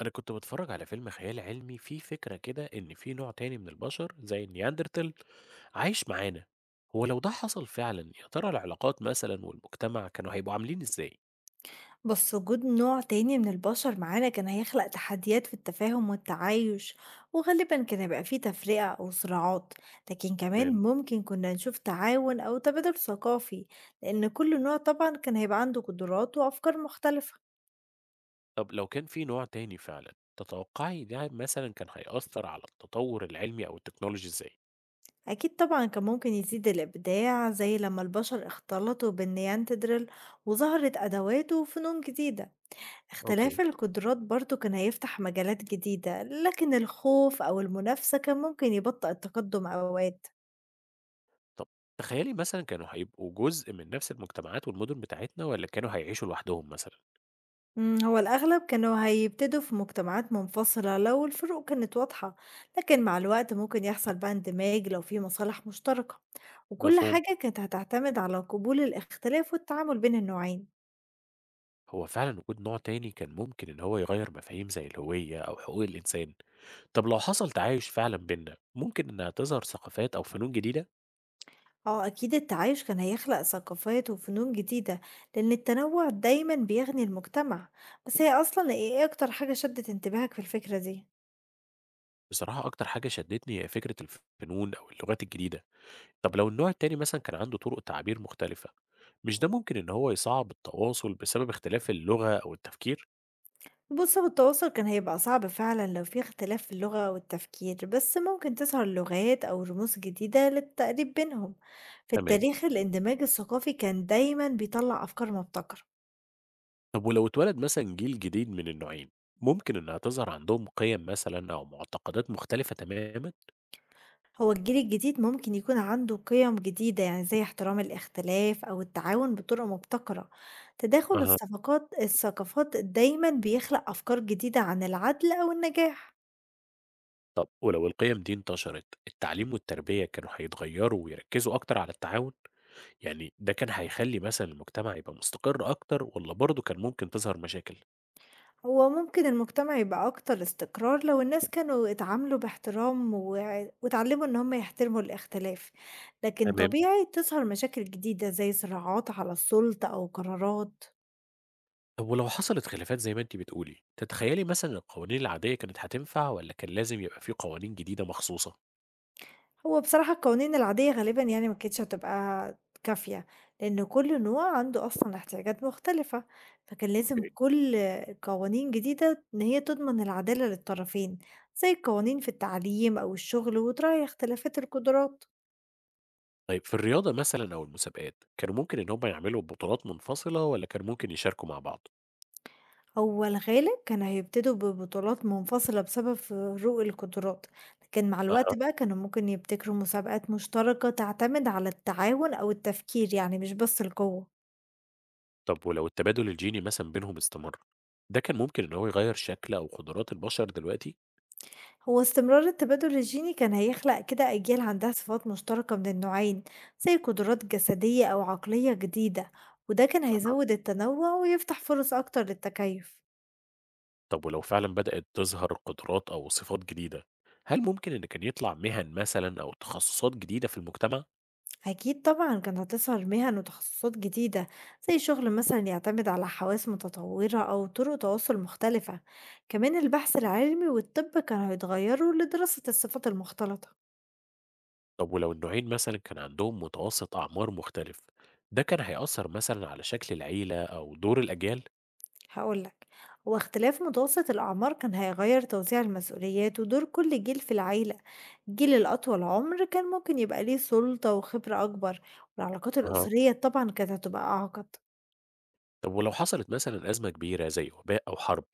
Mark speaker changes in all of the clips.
Speaker 1: أنا كنت باتفرج على فيلم خيال علمي فيه فكرة كده إن في نوع تاني من البشر زي النياندرتال عايش معانا. هو لو ده حصل فعلا يا ترى العلاقات مثلا والمجتمع كانوا هيبقوا عاملين إزاي؟
Speaker 2: بس وجود نوع تاني من البشر معانا كان هيخلق تحديات في التفاهم والتعايش. وغالبا كان هيبقى فيه تفرقة أو صراعات، لكن كمان
Speaker 1: تمام.
Speaker 2: ممكن كنا نشوف تعاون أو تبادل ثقافي، لأن كل نوع طبعا كان هيبقى عنده قدرات وأفكار مختلفة.
Speaker 1: طب لو كان في نوع تاني فعلا، تتوقعي ده مثلا كان هيأثر على التطور العلمي أو التكنولوجي إزاي؟
Speaker 2: أكيد طبعا كان ممكن يزيد الإبداع زي لما البشر اختلطوا بالنياندرتال وظهرت أدوات وفنون جديدة. اختلاف
Speaker 1: اوكي.
Speaker 2: القدرات برضه كان هيفتح مجالات جديدة، لكن الخوف أو المنافسة كان ممكن يبطئ التقدم أوقات.
Speaker 1: طب تخيلي مثلا كانوا هيبقوا جزء من نفس المجتمعات والمدن بتاعتنا ولا كانوا هيعيشوا لوحدهم مثلا؟
Speaker 2: هو الأغلب كانوا هيبتدوا في مجتمعات منفصلة لو الفروق كانت واضحة، لكن مع الوقت ممكن يحصل بقى اندماج لو في مصالح مشتركة، وكل
Speaker 1: مفهوم؟
Speaker 2: حاجة كانت هتعتمد على قبول الاختلاف والتعامل بين النوعين.
Speaker 1: هو فعلا وجود نوع تاني كان ممكن إن هو يغير مفاهيم زي الهوية أو حقوق الإنسان. طب لو حصل تعايش فعلا بينا، ممكن انها تظهر ثقافات او فنون جديده.
Speaker 2: اه أكيد التعايش كان هيخلق ثقافات وفنون جديدة، لأن التنوع دايما بيغني المجتمع، بس هي أصلا إيه أكتر حاجة شدت انتباهك في الفكرة دي؟
Speaker 1: بصراحه اكتر حاجه شدتني هي فكره الفنون او اللغات الجديده. طب لو النوع التاني مثلا كان عنده طرق تعبير مختلفه، مش ده ممكن ان هو يصعب التواصل بسبب اختلاف اللغه او التفكير؟
Speaker 2: بُص، هو التواصل كان هيبقى صعب فعلًا لو في اختلاف في اللغة والتفكير، بس ممكن تظهر لغات أو رموز جديدة للتقريب بينهم. في
Speaker 1: تمام.
Speaker 2: التاريخ الاندماج الثقافي كان دايمًا بيطلع أفكار مبتكرة.
Speaker 1: طب ولو اتولد مثلا جيل جديد من النوعين، ممكن انها تظهر عندهم قيم مثلا او معتقدات مختلفه تماما.
Speaker 2: هو الجيل الجديد ممكن يكون عنده قيم جديدة، يعني زي احترام الاختلاف أو التعاون بطرق مبتكرة. تداخل
Speaker 1: اها.
Speaker 2: الصفقات الثقافات دايمًا بيخلق أفكار جديدة عن العدل أو النجاح.
Speaker 1: طب ولو القيم دي انتشرت، التعليم والتربيه كانوا هيتغيروا ويركزوا اكتر على التعاون. يعني ده كان هيخلّي مثلًا المجتمع يبقى مستقر أكتر والّا برضه كان ممكن تظهر مشاكل؟
Speaker 2: هو ممكن المجتمع يبقى أكتر استقرار لو الناس كانوا اتعاملوا باحترام واتعلموا إن هم يحترموا الاختلاف، لكن
Speaker 1: تمام.
Speaker 2: طبيعي تظهر مشاكل جديدة زي صراعات على السلطة أو قرارات.
Speaker 1: طب ولو حصلت خلافات زي ما أنتِ بتقولي، تتخيلي مثلًا القوانين العادية كانت هتنفع والّا كان لازم يبقى في قوانين جديدة مخصوصة؟
Speaker 2: هو بصراحة القوانين العادية غالبا يعني ما كانتش هتبقى كافية، لأن كل نوع عنده أصلا احتياجات مختلفة، فكان لازم
Speaker 1: أوكي.
Speaker 2: كل قوانين جديدة إن هي تضمن العدالة للطرفين زي القوانين في التعليم أو الشغل وتراعي اختلافات القدرات.
Speaker 1: طيب في الرياضة مثلًا أو المسابقات، كانوا ممكن إن هم يعملوا بطولات منفصلة والّا كان ممكن يشاركوا مع بعض؟
Speaker 2: هو الغالب كانوا هيبتدوا ببطولات منفصلة بسبب فروق القدرات، لكن مع الوقت
Speaker 1: أها.
Speaker 2: بقى كانوا ممكن يبتكروا مسابقات مشتركة تعتمد على التعاون أو التفكير، يعني مش بس القوة.
Speaker 1: طب ولو التبادل الجيني مثلًا بينهم استمر، ده كان ممكن إن هو يغيّر شكل أو قدرات البشر دلوقتي؟
Speaker 2: هو استمرار التبادل الجيني كان هيخلق كده أجيال عندها صفات مشتركة من النوعين زي قدرات جسدية أو عقلية جديدة، وده كان هيزود التنوع ويفتح فرص أكتر للتكيف.
Speaker 1: طب ولو فعلا بدأت تظهر قدرات أو صفات جديدة، هل ممكن إن كان يطلع مهن مثلا أو تخصصات جديدة في المجتمع؟
Speaker 2: أكيد طبعا كانت هتظهر مهن وتخصصات جديدة، زي شغل مثلا يعتمد على حواس متطورة أو طرق تواصل مختلفة، كمان البحث العلمي والطب كانوا هيتغيروا لدراسة الصفات المختلطة.
Speaker 1: طب ولو النوعين مثلا كان عندهم متوسط أعمار مختلف، ده كان هيأثر مثلا على شكل العيلة أو دور الأجيال؟
Speaker 2: هقولك، هو اختلاف متوسط الأعمار كان هيغير توزيع المسؤوليات ودور كل جيل في العيلة، الجيل الأطول عمر كان ممكن يبقى ليه سلطة وخبرة أكبر، والعلاقات
Speaker 1: أها.
Speaker 2: الأسرية طبعا كانت هتبقى أعقد.
Speaker 1: طب ولو حصلت مثلا أزمة كبيرة زي وباء أو حرب،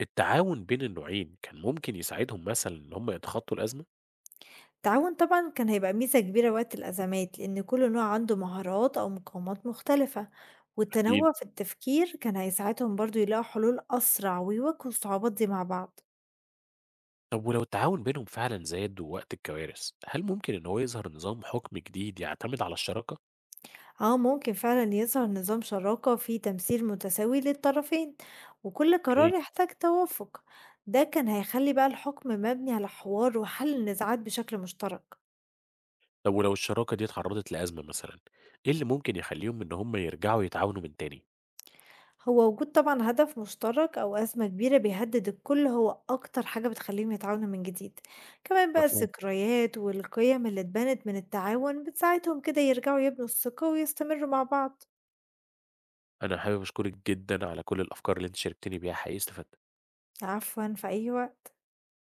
Speaker 1: التعاون بين النوعين كان ممكن يساعدهم مثلا إن هم يتخطوا الأزمة؟
Speaker 2: التعاون طبعا كان هيبقى ميزة كبيرة وقت الأزمات، لأن كل نوع عنده مهارات أو مقاومات مختلفة،
Speaker 1: أكيد.
Speaker 2: والتنوع في التفكير كان هيساعدهم برضو يلاقوا حلول أسرع ويواجهوا الصعوبات دي مع بعض.
Speaker 1: طب ولو التعاون بينهم فعلا زاد وقت الكوارث، هل ممكن إن هو يظهر نظام حكم جديد يعتمد على الشراكة؟
Speaker 2: أو ممكن فعلا يظهر نظام شراكة فيه تمثيل متساوي للطرفين، وكل قرار
Speaker 1: إيه.
Speaker 2: يحتاج توافق. ده كان هيخلي بقى الحكم مبني على حوار وحل النزاعات بشكل مشترك.
Speaker 1: طب ولو الشراكة دي اتعرضت لأزمة مثلًا، إيه اللي ممكن يخلّيهم إن هم يرجعوا يتعاونوا من تاني؟
Speaker 2: هو وجود طبعًا هدف مشترك أو أزمة كبيرة بيهدد الكل هو أكتر حاجة بتخليهم يتعاونوا من جديد، كمان بقى
Speaker 1: مفهوم.
Speaker 2: الذكريات والقيم اللي اتبنت من التعاون بتساعدهم كده يرجعوا يبنوا الثقة ويستمروا مع بعض.
Speaker 1: أنا حابب أشكرِك جدًا على كل الأفكار اللي أنتِ شاركتيني بيها، حقيقي استفدت.
Speaker 2: عفوًا في أي وقت.